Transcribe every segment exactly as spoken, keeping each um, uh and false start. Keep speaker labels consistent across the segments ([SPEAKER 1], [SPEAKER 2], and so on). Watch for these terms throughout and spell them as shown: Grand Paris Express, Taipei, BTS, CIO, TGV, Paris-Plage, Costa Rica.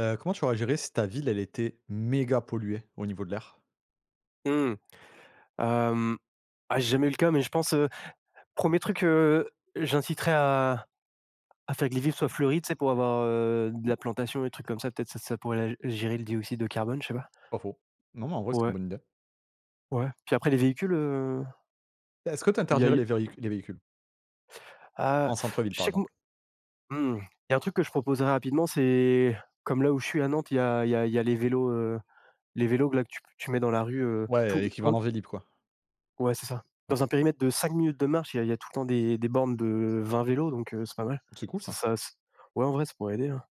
[SPEAKER 1] Heu, comment tu aurais géré si ta ville, elle était méga polluée au niveau de l'air?
[SPEAKER 2] Mmh. Hem, ah, j'ai jamais eu le cas, mais je pense, heu, un truc, heu, j'inciterais à à faire que les vivres soient fleuries, tu sais, pour avoir, heu, de la plantation, des trucs comme ça, peut-être ça ça pourrait la gérer le dioxyde de carbone, je sais pas.
[SPEAKER 1] Pas faux. Non, mais en vrai, c'est une
[SPEAKER 2] Ouais,
[SPEAKER 1] bonne idée.
[SPEAKER 2] ouais. Puis après les véhicules, heu,
[SPEAKER 1] Est-ce que tu
[SPEAKER 2] il y a
[SPEAKER 1] interdirais
[SPEAKER 2] il
[SPEAKER 1] les véhic les véhicules?
[SPEAKER 2] ah,
[SPEAKER 1] En centre-ville,
[SPEAKER 2] je
[SPEAKER 1] par
[SPEAKER 2] sais que moi
[SPEAKER 1] exemple?
[SPEAKER 2] mmh, il y a un truc que je proposerais rapidement, c'est comme là où je suis à Nantes, il y a il y a il y a les vélos, heu, les vélos que là que tu p tu mets dans la rue, heu, tout
[SPEAKER 1] Ouais, équivalent Vélib, quoi.
[SPEAKER 2] ouais, c'est ça.
[SPEAKER 1] OK.
[SPEAKER 2] Dans un périmètre de cinq minutes de marche, il y a il y a tout le temps des des bornes de vingt vélos, donc heu, c'est pas mal.
[SPEAKER 1] C'est cool
[SPEAKER 2] Ça
[SPEAKER 1] ça.
[SPEAKER 2] ça c ouais, en vrai, ça pourrait aider, hein.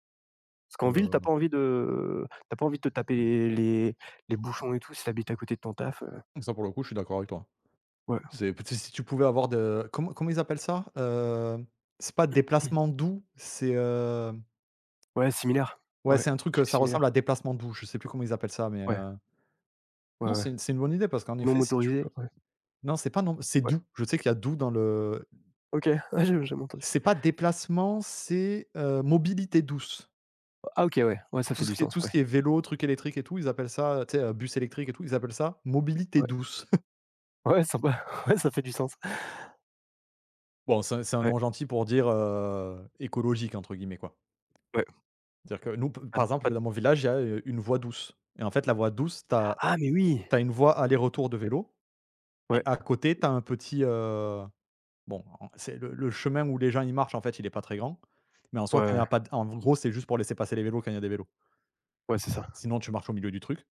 [SPEAKER 2] Parce qu'en ville, t'as
[SPEAKER 1] Heu,
[SPEAKER 2] pas envie de t'as pas envie de te taper les les les bouchons et tout, si t'habites à côté de ton taf, heu,
[SPEAKER 1] Ça, pour le coup, je suis d'accord avec toi.
[SPEAKER 2] ouais.
[SPEAKER 1] C'est peut-être si si tu pouvais avoir de comment comment ils appellent ça? Heu, c'est pas
[SPEAKER 2] Mm.
[SPEAKER 1] déplacement doux, c'est, heu,
[SPEAKER 2] Ouais, similaire.
[SPEAKER 1] ouais,
[SPEAKER 2] Ouais,
[SPEAKER 1] c'est un
[SPEAKER 2] un
[SPEAKER 1] truc, heu,
[SPEAKER 2] truc
[SPEAKER 1] ça ressemble à
[SPEAKER 2] similaire.
[SPEAKER 1] déplacement doux, je sais plus comment ils appellent ça, mais,
[SPEAKER 2] Ouais,
[SPEAKER 1] heu,
[SPEAKER 2] ouais,
[SPEAKER 1] non,
[SPEAKER 2] ouais.
[SPEAKER 1] c'est une c'est une bonne idée parce qu'en
[SPEAKER 2] Non
[SPEAKER 1] effet, si tu
[SPEAKER 2] motorisé,
[SPEAKER 1] peux
[SPEAKER 2] ouais,
[SPEAKER 1] non, c'est pas non c'est
[SPEAKER 2] ouais.
[SPEAKER 1] doux. Je sais qu'il y a doux dans le
[SPEAKER 2] OK, ouais, j'ai jamais entendu.
[SPEAKER 1] c'est pas déplacement, c'est, heu, mobilité douce.
[SPEAKER 2] Ah OK, ouais, ouais, ça
[SPEAKER 1] Tout
[SPEAKER 2] fait
[SPEAKER 1] ce
[SPEAKER 2] du
[SPEAKER 1] qui est
[SPEAKER 2] sens,
[SPEAKER 1] tout ce
[SPEAKER 2] ouais.
[SPEAKER 1] qui est vélo, truc électrique et tout, ils appellent ça, tu sais, heu, bus électrique et tout, ils appellent ça mobilité
[SPEAKER 2] Ouais.
[SPEAKER 1] douce.
[SPEAKER 2] Ouais, sympa. Ouais, ça fait du sens.
[SPEAKER 1] Bon, c'est un c'est un
[SPEAKER 2] Ouais,
[SPEAKER 1] nom gentil pour dire, heu, écologique entre guillemets, quoi.
[SPEAKER 2] ouais.
[SPEAKER 1] C'est-à-dire que nous, p
[SPEAKER 2] Pas
[SPEAKER 1] par
[SPEAKER 2] de
[SPEAKER 1] exemple,
[SPEAKER 2] pas
[SPEAKER 1] dans
[SPEAKER 2] de
[SPEAKER 1] mon village, il y a, heu, une voie douce et en fait, la voie douce, tu as
[SPEAKER 2] ah mais oui!
[SPEAKER 1] une voie aller-retour de vélo et
[SPEAKER 2] Ouais,
[SPEAKER 1] à côté, tu as un petit, heu, bon, en c'est le le chemin où les gens, ils marchent, en fait, il est pas très grand, mais en
[SPEAKER 2] ouais,
[SPEAKER 1] soi, quand il y
[SPEAKER 2] ouais.
[SPEAKER 1] a pas d en gros, c'est juste pour laisser passer les vélos quand il y a des vélos.
[SPEAKER 2] Ouais, c'est ça.
[SPEAKER 1] Sinon, tu marches au milieu du truc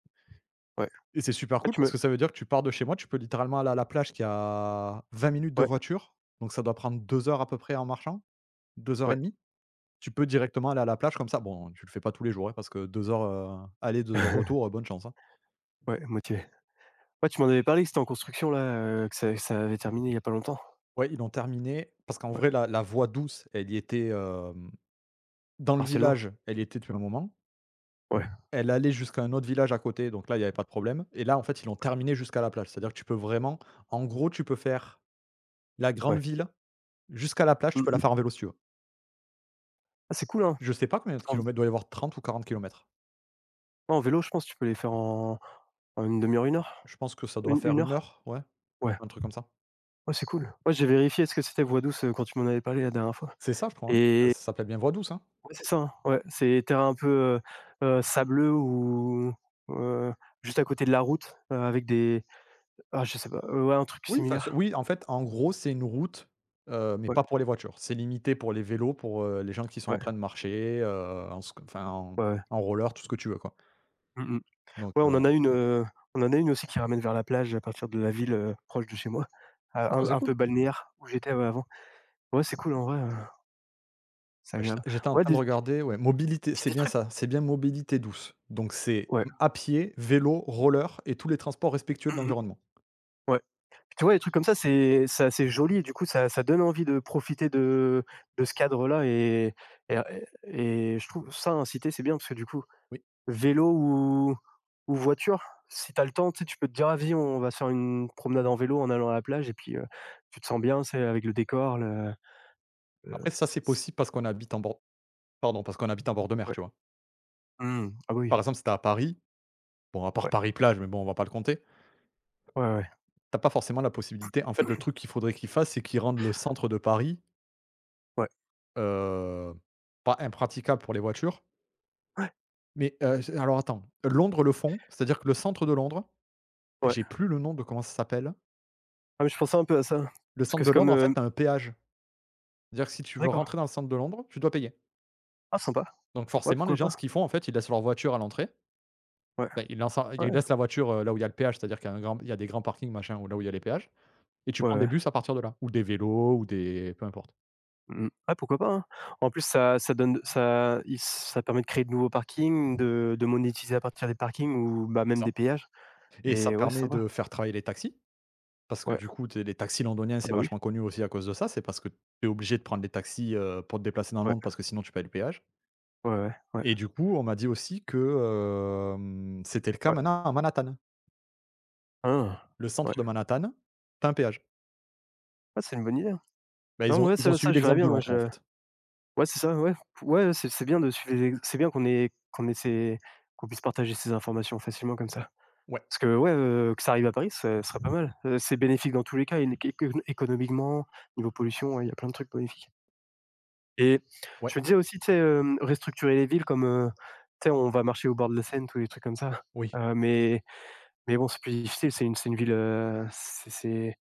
[SPEAKER 2] Ouais.
[SPEAKER 1] et c'est super
[SPEAKER 2] Ah
[SPEAKER 1] cool
[SPEAKER 2] tu
[SPEAKER 1] parce
[SPEAKER 2] me
[SPEAKER 1] que ça veut dire que tu pars de chez moi, tu peux littéralement aller à la plage qui a vingt minutes de
[SPEAKER 2] ouais,
[SPEAKER 1] voiture, donc ça doit prendre deux heures à peu près en marchant, deux heures et
[SPEAKER 2] ouais.
[SPEAKER 1] demie. Tu peux directement aller à la plage comme ça. Bon, tu le fais pas tous les jours, hein, parce que deux heures, heu, aller, deux heures retour, heu, bonne chance, hein.
[SPEAKER 2] Ouais, moitié. Ouais, tu m'en avais parlé que c'était en construction là, heu, que ça ça avait terminé il y a pas longtemps?
[SPEAKER 1] Ouais, ils l'ont terminé parce qu'en
[SPEAKER 2] Ouais,
[SPEAKER 1] vrai, la la voie douce, elle y était, hem, dans le
[SPEAKER 2] partiellement?
[SPEAKER 1] village, elle y était depuis un moment.
[SPEAKER 2] Ouais,
[SPEAKER 1] Elle allait jusqu'à un autre village à côté, donc là, il y avait pas de problème et là, en fait, ils l'ont terminé jusqu'à la plage. C'est-à-dire que tu peux vraiment en gros, tu peux faire la grande
[SPEAKER 2] ouais.
[SPEAKER 1] ville jusqu'à la plage, tu
[SPEAKER 2] Mmh
[SPEAKER 1] peux la faire
[SPEAKER 2] mh.
[SPEAKER 1] en vélo si tu veux.
[SPEAKER 2] Ah c'est cool, hein,
[SPEAKER 1] Je sais pas combien de
[SPEAKER 2] en
[SPEAKER 1] kilomètres, doit y avoir trente ou quarante kilomètres.
[SPEAKER 2] en vélo, je pense que tu peux les faire en en 1/2 heure, une heure?
[SPEAKER 1] Je pense que ça doit
[SPEAKER 2] Une
[SPEAKER 1] faire
[SPEAKER 2] une
[SPEAKER 1] une
[SPEAKER 2] heure?
[SPEAKER 1] heure, ouais,
[SPEAKER 2] Ouais.
[SPEAKER 1] un truc comme ça.
[SPEAKER 2] Ouais, c'est cool. Ouais, j'ai vérifié ce que c'était voie douce, heu, quand tu m'en avais parlé la dernière fois
[SPEAKER 1] C'est ça, je crois, hein? Ça
[SPEAKER 2] et
[SPEAKER 1] s'appelle bien voie douce, hein?
[SPEAKER 2] ouais, c'est ça, hein, ouais, c'est terrain un peu, heu heu, sableux ou heu, juste à côté de la route, heu, avec des ah, je sais pas, heu, ouais, un truc
[SPEAKER 1] Oui, enfin, c'est
[SPEAKER 2] similaire.
[SPEAKER 1] oui, en fait, en gros, c'est une route, heu, mais
[SPEAKER 2] Ouais,
[SPEAKER 1] pas pour les voitures. C'est limité pour les vélos, pour, heu, les gens qui sont en
[SPEAKER 2] ouais,
[SPEAKER 1] train de marcher, heu, en sc enfin, en
[SPEAKER 2] ouais, ouais.
[SPEAKER 1] en roller, tout ce que tu veux, quoi.
[SPEAKER 2] Mmh mmh.
[SPEAKER 1] Donc,
[SPEAKER 2] Ouais, on
[SPEAKER 1] heu,
[SPEAKER 2] en a une, heu, on en a une aussi qui ramène vers la plage à partir de la ville, heu, proche de chez moi, à
[SPEAKER 1] non,
[SPEAKER 2] un
[SPEAKER 1] c'est
[SPEAKER 2] un
[SPEAKER 1] cool.
[SPEAKER 2] peu balnéaire où j'étais, ouais, avant. Ouais, c'est cool en vrai, heu, c'est
[SPEAKER 1] Ouais, j'étais
[SPEAKER 2] agréable.
[SPEAKER 1] j'étais en
[SPEAKER 2] Ouais,
[SPEAKER 1] train de
[SPEAKER 2] des
[SPEAKER 1] regarder, ouais, mobilité,
[SPEAKER 2] c'est
[SPEAKER 1] c'est
[SPEAKER 2] des
[SPEAKER 1] bien
[SPEAKER 2] trucs,
[SPEAKER 1] ça, c'est bien mobilité douce. Donc c'est,
[SPEAKER 2] ouais.
[SPEAKER 1] mmh, à pied, vélo, roller et tous les transports respectueux
[SPEAKER 2] Mmh
[SPEAKER 1] de
[SPEAKER 2] mh.
[SPEAKER 1] l'environnement.
[SPEAKER 2] Ouais. Puis tu vois, les trucs comme ça, c'est c'est assez joli et du coup, ça ça donne envie de profiter de de ce cadre-là et et et je trouve ça, inciter, c'est bien parce que du coup,
[SPEAKER 1] Oui.
[SPEAKER 2] vélo ou ou voiture, si t'as le temps, tu sais, tu peux te dire: «Ah vas on va se faire une promenade en vélo en allant à la plage» et puis, heu, tu te sens bien, c'est avec le décor.
[SPEAKER 1] Après
[SPEAKER 2] Heu,
[SPEAKER 1] ça,
[SPEAKER 2] c
[SPEAKER 1] c'est
[SPEAKER 2] c
[SPEAKER 1] possible parce qu'on habite en bord pardon, parce qu'on habite en bord de mer,
[SPEAKER 2] Ouais.
[SPEAKER 1] tu vois?
[SPEAKER 2] Mmh. Ah oui,
[SPEAKER 1] Par exemple, si tu à Paris, bon, à part
[SPEAKER 2] ouais.
[SPEAKER 1] Paris-Plage, mais bon, on va pas le compter.
[SPEAKER 2] Ouais, ouais. Ouais.
[SPEAKER 1] T'as pas forcément la possibilité en fait, le truc qu'il faudrait qu'ils fassent, c'est qu'ils rendent le centre de Paris,
[SPEAKER 2] Ouais,
[SPEAKER 1] heu, pas impraticable pour les voitures, mais heu, j alors attends, Londres le font, c'est-à-dire que le centre de Londres,
[SPEAKER 2] ouais.
[SPEAKER 1] j'ai plus le nom de comment ça s'appelle.
[SPEAKER 2] Ah mais je pensais un peu à ça,
[SPEAKER 1] Le
[SPEAKER 2] parce
[SPEAKER 1] centre
[SPEAKER 2] que
[SPEAKER 1] de
[SPEAKER 2] c'est comme,
[SPEAKER 1] Londres, en fait,
[SPEAKER 2] hem
[SPEAKER 1] tu un péage. C'est-à-dire que si tu veux
[SPEAKER 2] d'accord.
[SPEAKER 1] rentrer dans le centre de Londres, tu dois payer.
[SPEAKER 2] Ah sympa.
[SPEAKER 1] Donc
[SPEAKER 2] Ouais,
[SPEAKER 1] forcément, les
[SPEAKER 2] pourquoi
[SPEAKER 1] gens, ce
[SPEAKER 2] pas.
[SPEAKER 1] qu'ils font, en fait, ils laissent leur voiture à l'entrée.
[SPEAKER 2] Ouais,
[SPEAKER 1] Bah, ils lancent ils
[SPEAKER 2] ouais,
[SPEAKER 1] laissent la voiture, heu, là où il y a le péage, c'est-à-dire qu'il y a un grand il y a des grands parkings, machin, ou là où il y a les péages et tu
[SPEAKER 2] ouais,
[SPEAKER 1] prends des
[SPEAKER 2] ouais.
[SPEAKER 1] bus à partir de là ou des vélos ou des peu importe.
[SPEAKER 2] Mmh. Ouais, pourquoi pas, hein. En plus, ça ça donne ça il ça permet de créer de nouveaux parkings, de de monétiser à partir des parkings ou bah, même
[SPEAKER 1] C'est ça
[SPEAKER 2] des péages
[SPEAKER 1] et ça
[SPEAKER 2] et ouais, c'est
[SPEAKER 1] permet
[SPEAKER 2] sympa.
[SPEAKER 1] de faire travailler les taxis. Parce que
[SPEAKER 2] Ouais.
[SPEAKER 1] du coup, tu les taxis londoniens,
[SPEAKER 2] Ah
[SPEAKER 1] c'est
[SPEAKER 2] bah, oui.
[SPEAKER 1] vachement connu aussi à cause de ça. C'est parce que tu es obligé de prendre des taxis, heu, pour te déplacer dans
[SPEAKER 2] Ouais.
[SPEAKER 1] Londres parce que sinon tu payes le péage
[SPEAKER 2] Ouais, ouais, ouais,
[SPEAKER 1] et du coup, on m'a dit aussi que, hem, c'était le cas
[SPEAKER 2] ouais.
[SPEAKER 1] maintenant à Manhattan.
[SPEAKER 2] Hein.
[SPEAKER 1] Le
[SPEAKER 2] Ouais.
[SPEAKER 1] centre de Manhattan, t'as un péage.
[SPEAKER 2] Ah, c'est une bonne idée, hein.
[SPEAKER 1] Bah,
[SPEAKER 2] Non
[SPEAKER 1] ils
[SPEAKER 2] mais
[SPEAKER 1] ont
[SPEAKER 2] ouais,
[SPEAKER 1] ils ont
[SPEAKER 2] ça ça
[SPEAKER 1] suivi
[SPEAKER 2] je verrais
[SPEAKER 1] l'exemple
[SPEAKER 2] bien,
[SPEAKER 1] de
[SPEAKER 2] moi
[SPEAKER 1] Londres, en
[SPEAKER 2] je
[SPEAKER 1] fait.
[SPEAKER 2] ouais, c'est ça, ouais. Ouais, c'est c'est bien de suivre les ex c'est bien qu'on ait qu'on ait ces qu'on puisse partager ces informations facilement comme ça.
[SPEAKER 1] Ouais,
[SPEAKER 2] Parce que ouais, heu, que ça arrive à Paris, ce serait pas mal. Heu, c'est bénéfique dans tous les cas, éné éco économiquement, niveau pollution, ouais, il y a plein de trucs bénéfiques. Et
[SPEAKER 1] ouais,
[SPEAKER 2] je me disais aussi, tu sais, hem, restructurer les villes comme, heu, tu sais, on va marcher au bord de la Seine, tous les trucs comme ça.
[SPEAKER 1] oui.
[SPEAKER 2] Heu, mais mais bon, c'est plus difficile, c'est une c'est une ville, heu, c'est c'est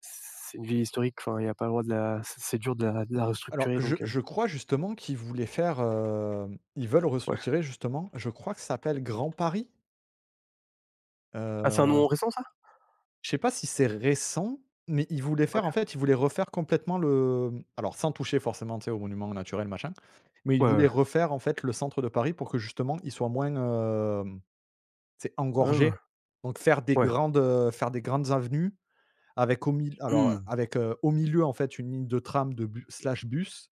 [SPEAKER 2] c'est une ville historique, enfin, il y a pas le droit de la c'est c'est dur de la de la
[SPEAKER 1] Alors
[SPEAKER 2] restructurer
[SPEAKER 1] je
[SPEAKER 2] donc heu,
[SPEAKER 1] je crois justement qu'ils voulaient faire, hem, ils veulent
[SPEAKER 2] ouais.
[SPEAKER 1] restructurer justement, je crois que ça s'appelle Grand Paris?
[SPEAKER 2] Ah, c'est un nom récent ça?
[SPEAKER 1] Je sais pas si c'est récent, mais ils voulaient
[SPEAKER 2] Ouais.
[SPEAKER 1] faire en fait, ils voulaient refaire complètement le mmh, alors sans toucher forcément, tu sais, aux monuments naturels, machin, mais ils
[SPEAKER 2] Ouais, ouais.
[SPEAKER 1] voulaient refaire en fait le centre de Paris pour que justement il soit moins, hem, tu sais,
[SPEAKER 2] Hein,
[SPEAKER 1] engorgé. Donc faire des
[SPEAKER 2] ouais,
[SPEAKER 1] grandes, heu, faire des grandes avenues avec au mil alors
[SPEAKER 2] mmh,
[SPEAKER 1] avec, heu, au milieu en fait une ligne de tram de bu slash bus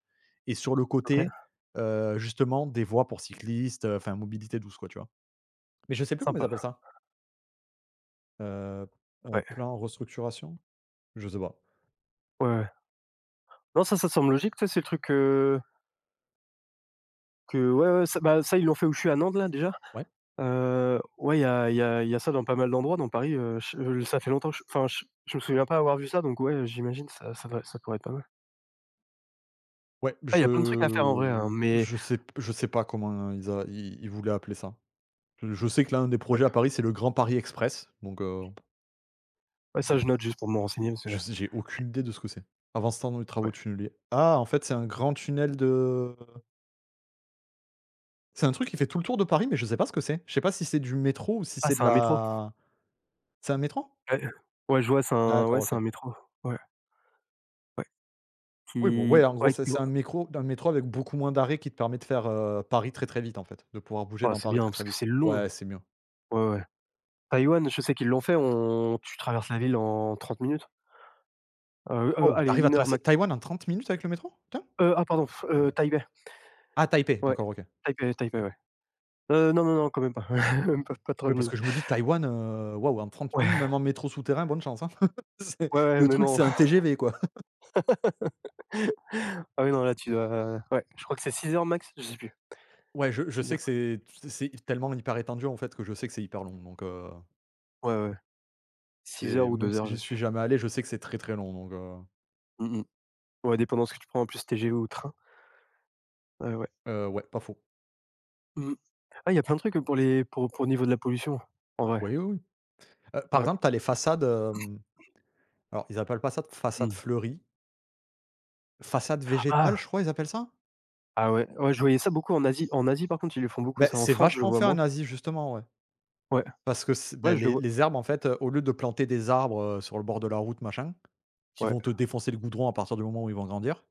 [SPEAKER 1] et sur le
[SPEAKER 2] OK,
[SPEAKER 1] côté, heu, justement des voies pour cyclistes, heu, enfin mobilité douce quoi, tu vois? Mais je sais plus comment ils
[SPEAKER 2] sympa.
[SPEAKER 1] appellent ça, heu heu,
[SPEAKER 2] Ouais,
[SPEAKER 1] plan restructuration? Je sais pas.
[SPEAKER 2] ouais, ouais. Non, ça, ça semble logique, tu sais, c'est le truc, heu, que ouais, ouais, ça, bah, ça, ils l'ont fait où je suis à Nantes, là, déjà.
[SPEAKER 1] Ouais.
[SPEAKER 2] Heu, ouais, il y a il y a il y a ça dans pas mal d'endroits dans Paris, heu, ch heu, ça fait longtemps que je enfin, je je me souviens pas avoir vu ça, donc ouais, j'imagine ça ça doit ça pourrait être pas mal.
[SPEAKER 1] Ouais,
[SPEAKER 2] Ah, il y a plein de trucs à faire en vrai,
[SPEAKER 1] je
[SPEAKER 2] hein, mais
[SPEAKER 1] je sais je sais pas comment ils a ils ils voulaient appeler ça. Je je sais que l'un des
[SPEAKER 2] ouais,
[SPEAKER 1] projets à Paris, c'est le Grand Paris Express, donc heu,
[SPEAKER 2] ouais, ça, je note juste pour me renseigner parce
[SPEAKER 1] je
[SPEAKER 2] que
[SPEAKER 1] sais j'ai aucune idée de ce que c'est. Avant ce temps, dans les travaux
[SPEAKER 2] ouais.
[SPEAKER 1] tunneliers. Ah, en fait, c'est un grand tunnel de c'est un truc qui fait tout le tour de Paris, mais je sais pas ce que c'est. Je sais pas si c'est du métro ou si
[SPEAKER 2] Ah,
[SPEAKER 1] c'est
[SPEAKER 2] c'est
[SPEAKER 1] de
[SPEAKER 2] un métro?
[SPEAKER 1] la c'est un métro?
[SPEAKER 2] Ouais, ouais, je vois, c'est un
[SPEAKER 1] D'accord,
[SPEAKER 2] ouais, c'est
[SPEAKER 1] OK.
[SPEAKER 2] un métro. Ouais, ouais,
[SPEAKER 1] Oui, bon, ouais,
[SPEAKER 2] qui
[SPEAKER 1] en gros,
[SPEAKER 2] ouais,
[SPEAKER 1] c'est
[SPEAKER 2] qui
[SPEAKER 1] c'est un métro un métro avec beaucoup moins d'arrêts qui te permet de faire, heu, Paris très, très vite, en fait, de pouvoir bouger
[SPEAKER 2] oh,
[SPEAKER 1] dans
[SPEAKER 2] c'est
[SPEAKER 1] Paris
[SPEAKER 2] bien
[SPEAKER 1] très,
[SPEAKER 2] parce
[SPEAKER 1] très
[SPEAKER 2] que
[SPEAKER 1] vite.
[SPEAKER 2] c'est long.
[SPEAKER 1] Ouais, c'est mieux.
[SPEAKER 2] Ouais, ouais. Taïwan, je sais qu'ils l'ont fait, on tu traverses la ville en trente minutes. Heu heu,
[SPEAKER 1] Oh
[SPEAKER 2] allez
[SPEAKER 1] t'arrives à
[SPEAKER 2] une heure
[SPEAKER 1] traverser
[SPEAKER 2] max.
[SPEAKER 1] Taïwan en trente minutes avec le métro? Putain!
[SPEAKER 2] Heu, ah pardon, heu, Taipei,
[SPEAKER 1] Ah Taipei,
[SPEAKER 2] ouais,
[SPEAKER 1] d'accord, OK.
[SPEAKER 2] Taipei, Taipei, ouais. Heu, non, non, non, quand même pas, même pas pas
[SPEAKER 1] Oui,
[SPEAKER 2] trente
[SPEAKER 1] parce que
[SPEAKER 2] minutes.
[SPEAKER 1] je me dis Taïwan, heu, waouh, en trente minutes,
[SPEAKER 2] Ouais,
[SPEAKER 1] même en métro souterrain, bonne chance, hein. C'est
[SPEAKER 2] ouais, ouais,
[SPEAKER 1] le
[SPEAKER 2] mais
[SPEAKER 1] truc,
[SPEAKER 2] non.
[SPEAKER 1] c'est un T G V, quoi.
[SPEAKER 2] Ah oui, non, là, tu dois euh, ouais, je crois que c'est six heures max, je sais plus.
[SPEAKER 1] Ouais, je je
[SPEAKER 2] Six
[SPEAKER 1] sais
[SPEAKER 2] heures,
[SPEAKER 1] que c'est c'est tellement hyper étendu, en fait, que je sais que c'est hyper long, donc heu,
[SPEAKER 2] ouais, ouais, six heures
[SPEAKER 1] c'est
[SPEAKER 2] ou
[SPEAKER 1] même
[SPEAKER 2] deux
[SPEAKER 1] si
[SPEAKER 2] heures, je
[SPEAKER 1] j'y
[SPEAKER 2] sais
[SPEAKER 1] suis
[SPEAKER 2] plus.
[SPEAKER 1] jamais allé, je sais que c'est très, très long, donc heu
[SPEAKER 2] Mmh mh. Ouais, dépendant de ce que tu prends en plus T G V ou train. Ouais, ouais.
[SPEAKER 1] heu, ouais, pas faux.
[SPEAKER 2] Mmh. Ah, il y a plein de trucs, pour les pour pour au niveau de la pollution, en vrai,
[SPEAKER 1] Oui, oui, oui. Heu, par
[SPEAKER 2] ouais.
[SPEAKER 1] exemple, tu as les façades, hem, alors ils appellent pas ça de façade
[SPEAKER 2] Mmh.
[SPEAKER 1] fleurie, façade végétale, je
[SPEAKER 2] Ah!
[SPEAKER 1] crois, ils appellent ça?
[SPEAKER 2] Ah ouais, ouais, je voyais ça beaucoup en Asie. En Asie, par contre, ils le font beaucoup
[SPEAKER 1] Ben,
[SPEAKER 2] ça. En
[SPEAKER 1] c'est
[SPEAKER 2] France, je le
[SPEAKER 1] vachement
[SPEAKER 2] vois
[SPEAKER 1] fait en
[SPEAKER 2] moins.
[SPEAKER 1] Asie, justement, ouais.
[SPEAKER 2] Ouais.
[SPEAKER 1] Parce que c'est, bah,
[SPEAKER 2] Ouais, je le
[SPEAKER 1] les
[SPEAKER 2] vois.
[SPEAKER 1] les herbes, en fait, heu, au lieu de planter des arbres, heu, sur le bord de la route, machin qui
[SPEAKER 2] Ouais,
[SPEAKER 1] vont te défoncer le goudron à partir du moment où ils vont grandir.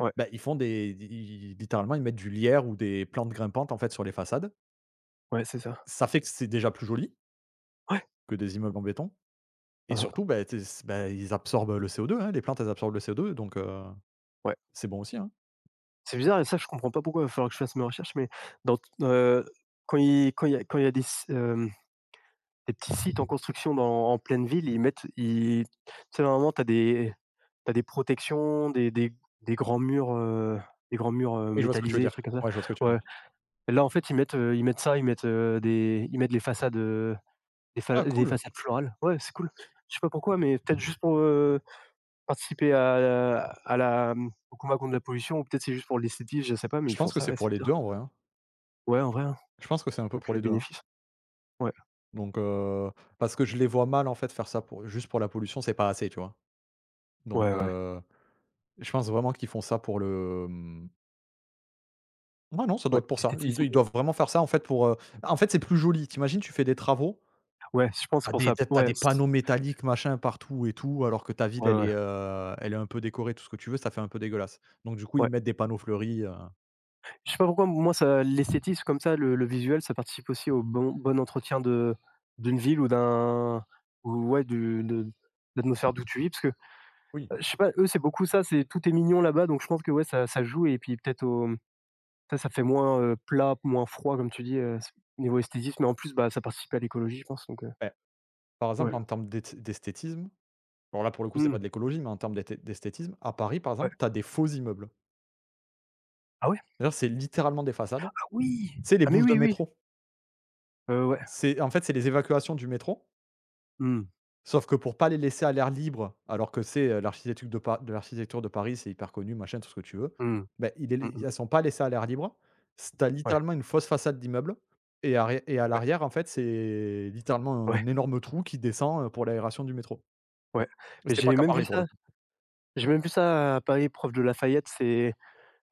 [SPEAKER 2] ouais,
[SPEAKER 1] Bah, ils font des i littéralement, ils mettent du lierre ou des plantes grimpantes, en fait, sur les façades.
[SPEAKER 2] ouais, c'est ça.
[SPEAKER 1] Ça fait que c'est déjà plus joli
[SPEAKER 2] Ouais,
[SPEAKER 1] que des immeubles en béton et
[SPEAKER 2] hein, hein,
[SPEAKER 1] surtout, bah, tu bah, ils absorbent, heu, le C O deux, hein. Les plantes, elles absorbent le C O deux donc heu,
[SPEAKER 2] ouais.
[SPEAKER 1] c'est bon aussi, hein.
[SPEAKER 2] C'est bizarre et ça, je comprends pas pourquoi, il va falloir que je fasse mes recherches, mais dans t heu, quand il quand il y a quand il y a des s hem, des petits sites en construction dans en pleine ville, ils mettent ils tu sais, normalement, tu des t'as des protections, des des des grands murs, heu, des grands murs, heu,
[SPEAKER 1] Oui, je vois ce que tu veux
[SPEAKER 2] métallisés, des
[SPEAKER 1] dire.
[SPEAKER 2] trucs comme ça.
[SPEAKER 1] Ouais, je vois ce que tu veux
[SPEAKER 2] Ouais.
[SPEAKER 1] dire.
[SPEAKER 2] Et là, en fait, ils mettent, heu, ils mettent ça, ils mettent, heu, des ils mettent les façades, heu, des fa
[SPEAKER 1] Ah
[SPEAKER 2] des
[SPEAKER 1] cool!
[SPEAKER 2] façades florales. Ouais, c'est cool. Je sais pas pourquoi, mais peut-être juste pour, heu participer à à la mmh, au combat contre la pollution ou peut-être c'est juste pour l'esthétisme, je sais pas, mais
[SPEAKER 1] Je
[SPEAKER 2] ils font
[SPEAKER 1] pense que
[SPEAKER 2] ça,
[SPEAKER 1] c'est
[SPEAKER 2] ouais,
[SPEAKER 1] pour
[SPEAKER 2] c'est
[SPEAKER 1] les deux
[SPEAKER 2] bizarre.
[SPEAKER 1] en vrai, hein.
[SPEAKER 2] Ouais, en vrai, hein,
[SPEAKER 1] Je pense que c'est un peu pour
[SPEAKER 2] aucun
[SPEAKER 1] les deux, hein.
[SPEAKER 2] bénéfice. Ouais,
[SPEAKER 1] Donc heu, parce que je les vois mal, en fait, faire ça pour juste pour la pollution, c'est pas assez, tu vois? Donc
[SPEAKER 2] ouais, ouais,
[SPEAKER 1] heu, je pense vraiment qu'ils font ça pour le, mmh ouais, non, ça doit
[SPEAKER 2] ouais,
[SPEAKER 1] être pour ça. Ils
[SPEAKER 2] esthétisme,
[SPEAKER 1] ils doivent vraiment faire ça, en fait, pour, heu en fait, c'est plus joli. T'imagines tu fais des travaux,
[SPEAKER 2] ouais, je pense
[SPEAKER 1] t'as
[SPEAKER 2] pour
[SPEAKER 1] des
[SPEAKER 2] ça,
[SPEAKER 1] tu as
[SPEAKER 2] ouais,
[SPEAKER 1] des
[SPEAKER 2] c
[SPEAKER 1] panneaux métalliques, machin, partout et tout, alors que ta ville,
[SPEAKER 2] ouais,
[SPEAKER 1] elle
[SPEAKER 2] ouais,
[SPEAKER 1] est, heu, elle est un peu décorée, tout ce que tu veux, ça fait un peu dégueulasse. Donc du coup, ils
[SPEAKER 2] ouais.
[SPEAKER 1] mettent des panneaux fleuris, heu
[SPEAKER 2] Je sais pas pourquoi moi ça l'esthétisme comme ça, le le visuel, ça participe aussi au bon bon entretien de d'une ville ou d'un ou ouais, du de l'atmosphère d'où tu vis parce que, heu,
[SPEAKER 1] oui,
[SPEAKER 2] je sais pas, eux, c'est beaucoup ça, c'est tout est mignon là-bas donc je pense que ouais, ça ça joue et puis peut-être au. Ça, ça fait moins, heu, plat, moins froid comme tu dis, heu, s niveau esthétisme. Mais en plus, bah, ça participe à l'écologie, je pense donc heu,
[SPEAKER 1] beh, par
[SPEAKER 2] ouais.
[SPEAKER 1] exemple, en termes d'esth d'esthétisme, alors là, pour le coup, c'est pas
[SPEAKER 2] Mmh,
[SPEAKER 1] de l'écologie, mais en termes d'esthé d'esthétisme, à Paris, par
[SPEAKER 2] ouais.
[SPEAKER 1] exemple, t'as des faux immeubles.
[SPEAKER 2] Ah ouais?
[SPEAKER 1] D'ailleurs, c'est littéralement des façades.
[SPEAKER 2] Ah oui!
[SPEAKER 1] C'est les
[SPEAKER 2] Ah mais
[SPEAKER 1] bouches de
[SPEAKER 2] oui, oui,
[SPEAKER 1] métro.
[SPEAKER 2] heu, ouais.
[SPEAKER 1] C'est en fait, c'est les évacuations du métro,
[SPEAKER 2] Mmh,
[SPEAKER 1] sauf que pour pas les laisser à l'air libre, alors que c'est, heu, l'architecture de Pa de l'architecture de Paris, c'est hyper connu, machin, tout ce que tu veux.
[SPEAKER 2] mmh,
[SPEAKER 1] Ben, ils
[SPEAKER 2] mmh
[SPEAKER 1] les
[SPEAKER 2] mh.
[SPEAKER 1] elles sont pas laissées à l'air libre. C'est tu
[SPEAKER 2] Ouais,
[SPEAKER 1] littéralement une fausse façade d'immeuble et arré et à
[SPEAKER 2] ouais,
[SPEAKER 1] l'arrière, en fait, c'est littéralement
[SPEAKER 2] ouais,
[SPEAKER 1] un énorme trou qui descend, heu, pour l'aération du métro.
[SPEAKER 2] ouais. Mais
[SPEAKER 1] C'est pas
[SPEAKER 2] J'ai
[SPEAKER 1] qu'à
[SPEAKER 2] même vu
[SPEAKER 1] Paris, pour le
[SPEAKER 2] ça
[SPEAKER 1] coup.
[SPEAKER 2] j'ai même vu ça à Paris, prof de Lafayette, c'est,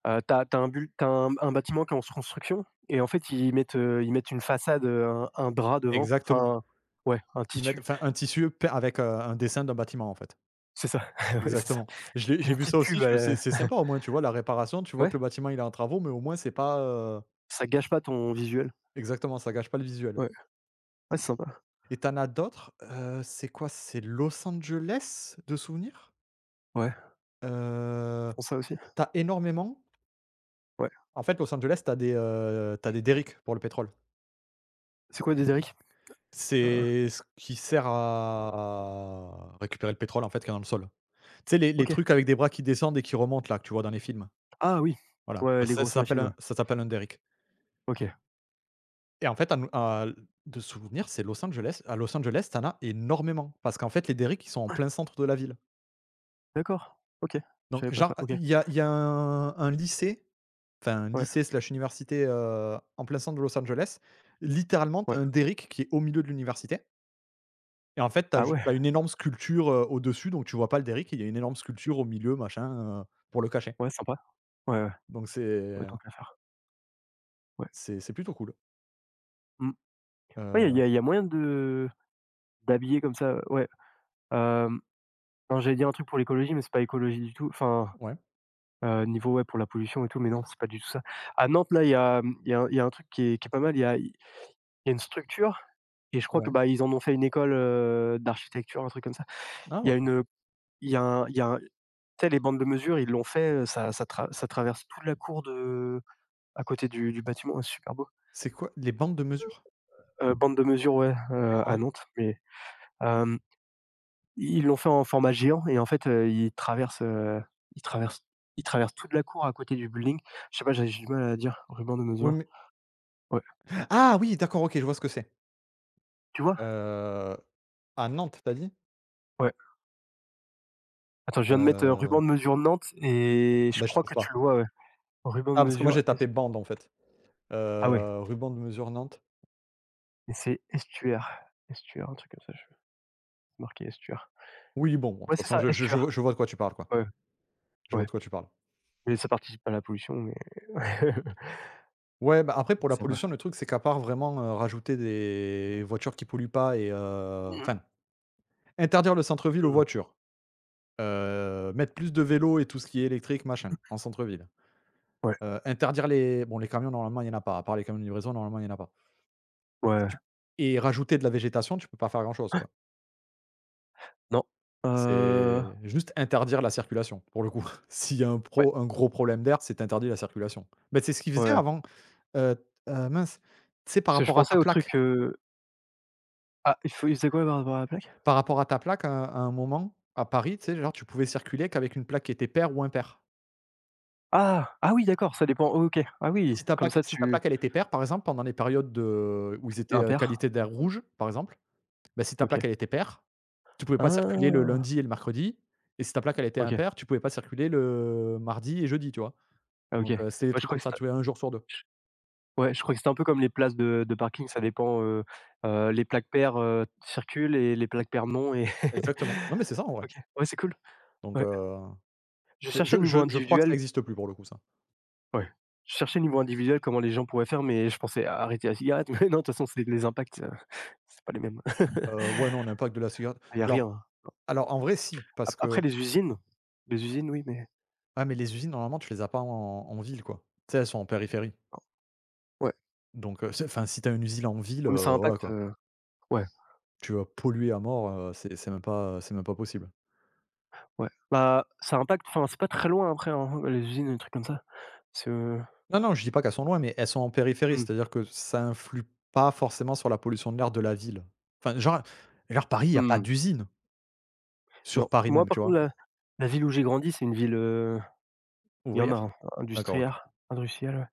[SPEAKER 2] heu, tu as un bul tu un un bâtiment qui est en construction et en fait, ils mettent, heu, ils mettent, une façade, heu, un un drap devant,
[SPEAKER 1] Exactement.
[SPEAKER 2] enfin, ouais, un
[SPEAKER 1] Ils mettent
[SPEAKER 2] tissu,
[SPEAKER 1] enfin un tissu peint avec, heu, un dessin d'un bâtiment, en fait.
[SPEAKER 2] c'est ça, ouais, c'est ça.
[SPEAKER 1] Exactement. Je l'ai j'ai
[SPEAKER 2] Une
[SPEAKER 1] vu ça
[SPEAKER 2] petite
[SPEAKER 1] aussi,
[SPEAKER 2] pub,
[SPEAKER 1] je me c'est
[SPEAKER 2] heu,
[SPEAKER 1] c'est sympa au moins, tu vois? La réparation, tu vois que
[SPEAKER 2] ouais,
[SPEAKER 1] le bâtiment il est en travaux, mais au moins c'est pas, heu
[SPEAKER 2] ça gâche pas ton visuel.
[SPEAKER 1] exactement, ça gâche pas le visuel.
[SPEAKER 2] Ouais, ouais, c'est sympa.
[SPEAKER 1] Et t'en as d'autres, heu, c'est quoi? C'est Los Angeles, de souvenirs.
[SPEAKER 2] Ouais,
[SPEAKER 1] Heu,
[SPEAKER 2] ils font ça aussi?
[SPEAKER 1] tu énormément
[SPEAKER 2] Ouais.
[SPEAKER 1] en fait, Los Angeles, t'as des, heu, tu des derricks pour le pétrole.
[SPEAKER 2] C'est quoi des derricks? Heu,
[SPEAKER 1] C'est ce qui sert à récupérer le pétrole, en fait, qui est dans le sol. Tu sais les les
[SPEAKER 2] OK.
[SPEAKER 1] trucs avec des bras qui descendent et qui remontent là, que tu vois dans les films?
[SPEAKER 2] Ah oui!
[SPEAKER 1] Voilà.
[SPEAKER 2] Ouais,
[SPEAKER 1] Bah,
[SPEAKER 2] les
[SPEAKER 1] ça ça
[SPEAKER 2] grosses
[SPEAKER 1] s'appelle
[SPEAKER 2] machines, ouais.
[SPEAKER 1] un ça s'appelle un derrick.
[SPEAKER 2] OK.
[SPEAKER 1] Et en fait, à à de souvenirs, c'est Los Angeles. À Los Angeles, t'en as énormément parce qu'en fait, les derricks, ils sont en plein centre de la ville.
[SPEAKER 2] D'accord. OK. Je
[SPEAKER 1] Donc
[SPEAKER 2] savais pas
[SPEAKER 1] genre,
[SPEAKER 2] ça. OK.
[SPEAKER 1] il y a il y a un un lycée, enfin un
[SPEAKER 2] Ouais,
[SPEAKER 1] lycée/université, heu, en plein centre de Los Angeles. Littéralement, tu
[SPEAKER 2] ouais.
[SPEAKER 1] un derrick qui est au milieu de l'université et en fait, t'as
[SPEAKER 2] Ah
[SPEAKER 1] ju
[SPEAKER 2] ouais?
[SPEAKER 1] tu une énorme sculpture, heu, au-dessus, donc tu vois pas le derrick. Il y a une énorme sculpture au milieu, machin, heu, pour le cacher.
[SPEAKER 2] Ouais, sympa. Ouais, ouais.
[SPEAKER 1] Donc
[SPEAKER 2] Ouais,
[SPEAKER 1] c'est
[SPEAKER 2] tant qu'à faire. Ouais.
[SPEAKER 1] c'est c'est plutôt cool.
[SPEAKER 2] Mmh. Ouais, il
[SPEAKER 1] Heu,
[SPEAKER 2] y a il y a moyen de d'habiller comme ça, ouais, hem, non, j'allais dire un truc pour l'écologie, mais c'est pas écologie du tout. Enfin,
[SPEAKER 1] ouais,
[SPEAKER 2] heu, niveau, ouais, pour la pollution et tout, mais non, c'est pas du tout ça. À Nantes, là, il y a, mmh, il y a il y a un truc qui est qui est pas mal. Il y a il y a une structure et je crois que,
[SPEAKER 1] ouais.
[SPEAKER 2] bah, ils en ont fait une école, heu, d'architecture, un truc comme ça.
[SPEAKER 1] Ah
[SPEAKER 2] Il y a
[SPEAKER 1] OK.
[SPEAKER 2] une, Il y a un il y a un tu sais, les bandes de mesure, ils l'ont fait, heu, ça ça tra ça traverse toute la cour de à côté du du bâtiment, ouais, c'est super beau.
[SPEAKER 1] C'est quoi les bandes de mesure?
[SPEAKER 2] Heu, bande de mesure, ouais,
[SPEAKER 1] C'est
[SPEAKER 2] heu,
[SPEAKER 1] quoi?
[SPEAKER 2] à Nantes, mais hem, ils l'ont fait en format géant et en fait, heu, ils traversent, heu, ils traversent ils traversent toute la cour à côté du building. Je sais pas, j'ai j'ai du mal à dire, ruban de mesure.
[SPEAKER 1] Oui,
[SPEAKER 2] Ouais,
[SPEAKER 1] ah oui, d'accord, OK, je vois ce que c'est.
[SPEAKER 2] tu vois?
[SPEAKER 1] Heu, à Nantes, t'as dit?
[SPEAKER 2] Ouais. Attends, je viens de mettre, heu,
[SPEAKER 1] Heu,
[SPEAKER 2] ruban de mesure Nantes et je
[SPEAKER 1] bah, je
[SPEAKER 2] crois
[SPEAKER 1] trouve
[SPEAKER 2] que
[SPEAKER 1] pas.
[SPEAKER 2] tu le vois, ouais. Ruban
[SPEAKER 1] Ah,
[SPEAKER 2] de
[SPEAKER 1] parce que moi
[SPEAKER 2] mesure
[SPEAKER 1] j'ai
[SPEAKER 2] es
[SPEAKER 1] tapé bande en fait.
[SPEAKER 2] ah ouais
[SPEAKER 1] Heu, ruban de mesure Nantes.
[SPEAKER 2] et c'est estuaire, estuaire, un truc comme ça, je marqué estuaire.
[SPEAKER 1] Oui, bon, bon, de toute
[SPEAKER 2] Ouais, c'est
[SPEAKER 1] façon
[SPEAKER 2] ça,
[SPEAKER 1] je je je vois
[SPEAKER 2] estuaire,
[SPEAKER 1] je vois de quoi tu parles, quoi.
[SPEAKER 2] ouais.
[SPEAKER 1] Je vois
[SPEAKER 2] Ouais,
[SPEAKER 1] de quoi tu parles.
[SPEAKER 2] mais ça participe pas à la pollution, mais
[SPEAKER 1] Ouais, bah, après pour la
[SPEAKER 2] ça va.
[SPEAKER 1] pollution, le truc c'est qu'à part vraiment, heu, rajouter des voitures qui polluent pas et heu,
[SPEAKER 2] Mmh
[SPEAKER 1] enfin, interdire le centre-ville aux
[SPEAKER 2] mh.
[SPEAKER 1] voitures, heu, mettre plus de vélos et tout ce qui est électrique, machin, en centre-ville.
[SPEAKER 2] Ouais,
[SPEAKER 1] Heu, interdire les bon les camions normalement il y en a pas, à part les camions de livraison, normalement il y en a pas.
[SPEAKER 2] ouais,
[SPEAKER 1] Et
[SPEAKER 2] ouais.
[SPEAKER 1] tu et rajouter de la végétation, tu peux pas faire grand-chose, quoi.
[SPEAKER 2] Non, heu,
[SPEAKER 1] C'est juste interdire la circulation, pour le coup. S'il y a un
[SPEAKER 2] ouais,
[SPEAKER 1] pro un gros problème d'air, c'est interdit la circulation. Mais c'est ce qu'ils faisaient
[SPEAKER 2] ouais.
[SPEAKER 1] avant, heu heu, mince, tu sais, par
[SPEAKER 2] Parce que je
[SPEAKER 1] rapport à
[SPEAKER 2] pensais
[SPEAKER 1] ta
[SPEAKER 2] au truc,
[SPEAKER 1] plaque
[SPEAKER 2] heu ah, il faut il faisait quoi par rapport à la plaque?
[SPEAKER 1] par rapport à ta plaque, à à un moment, à Paris, tu sais, genre, tu pouvais circuler qu'avec une plaque qui était paire ou impaire.
[SPEAKER 2] Ah! Ah oui, d'accord, ça dépend. Oh, OK. Ah oui,
[SPEAKER 1] Si ta
[SPEAKER 2] comme
[SPEAKER 1] plaque
[SPEAKER 2] ça
[SPEAKER 1] si ta
[SPEAKER 2] tu
[SPEAKER 1] plaque, elle était paire, par exemple, pendant les périodes de où ils étaient,
[SPEAKER 2] un
[SPEAKER 1] heu,
[SPEAKER 2] père.
[SPEAKER 1] qualité d'air rouge, par exemple, bah, si ta plaque,
[SPEAKER 2] OK.
[SPEAKER 1] elle était paire, tu pouvais pas circuler le
[SPEAKER 2] Ah!
[SPEAKER 1] lundi et le mercredi et si ta plaque elle était
[SPEAKER 2] OK,
[SPEAKER 1] impaire, tu pouvais pas circuler le mardi et jeudi, tu vois?
[SPEAKER 2] ah, OK.
[SPEAKER 1] Donc heu, c'était des
[SPEAKER 2] Bah, je
[SPEAKER 1] trucs
[SPEAKER 2] crois
[SPEAKER 1] comme
[SPEAKER 2] que
[SPEAKER 1] ça,
[SPEAKER 2] c'était
[SPEAKER 1] tu vois? Un jour sur deux.
[SPEAKER 2] ouais, je crois que c'était un peu comme les places de de parking, ça dépend, heu heu, les plaques paires, heu, circulent et les plaques paires non et
[SPEAKER 1] Exactement. Non, mais c'est ça en vrai.
[SPEAKER 2] OK. Ouais, c'est cool.
[SPEAKER 1] Donc
[SPEAKER 2] Ouais.
[SPEAKER 1] heu,
[SPEAKER 2] Je
[SPEAKER 1] je
[SPEAKER 2] cherchais
[SPEAKER 1] je
[SPEAKER 2] niveau
[SPEAKER 1] je crois que ça
[SPEAKER 2] individuel
[SPEAKER 1] existe plus pour le coup ça.
[SPEAKER 2] Ouais. Je cherchais niveau individuel comment les gens pourraient faire, mais je pensais à arrêter la cigarette, mais non, de toute façon, c'est les impacts, heu, c'est pas les mêmes.
[SPEAKER 1] Heu, ouais, non, l'impact de la cigarette
[SPEAKER 2] Il y a
[SPEAKER 1] alors
[SPEAKER 2] rien.
[SPEAKER 1] alors en vrai si, parce
[SPEAKER 2] Ap après
[SPEAKER 1] que
[SPEAKER 2] les usines, les usines, oui, mais
[SPEAKER 1] ah mais les usines normalement tu les as pas en en ville quoi. Tu sais, elles sont en périphérie.
[SPEAKER 2] ouais,
[SPEAKER 1] Donc heu, c'est enfin si tu as une usine en ville,
[SPEAKER 2] ouais, mais ça
[SPEAKER 1] heu, voilà
[SPEAKER 2] impacte,
[SPEAKER 1] quoi.
[SPEAKER 2] heu, ouais,
[SPEAKER 1] Tu vas polluer à mort, heu, c'est c'est même pas, c'est même pas possible.
[SPEAKER 2] ouais. Bah, ça impacte, enfin, c'est pas très loin après, hein, les usines, les trucs comme ça. C'est, heu,
[SPEAKER 1] Non, non, je dis pas qu'elles sont loin, mais elles sont en périphérie,
[SPEAKER 2] mmh,
[SPEAKER 1] c'est-à-dire que ça influe pas forcément sur la pollution de l'air de la ville. Enfin, genre genre Paris, il y a pas
[SPEAKER 2] mmh,
[SPEAKER 1] d'usine sur
[SPEAKER 2] non.
[SPEAKER 1] Paris
[SPEAKER 2] Moi,
[SPEAKER 1] même, tu
[SPEAKER 2] par
[SPEAKER 1] vois?
[SPEAKER 2] contre, la la ville où j'ai grandi, c'est une ville, heu, il y en a,
[SPEAKER 1] Ouvrir.
[SPEAKER 2] hein,
[SPEAKER 1] D'accord, OK.
[SPEAKER 2] industrière industrielle.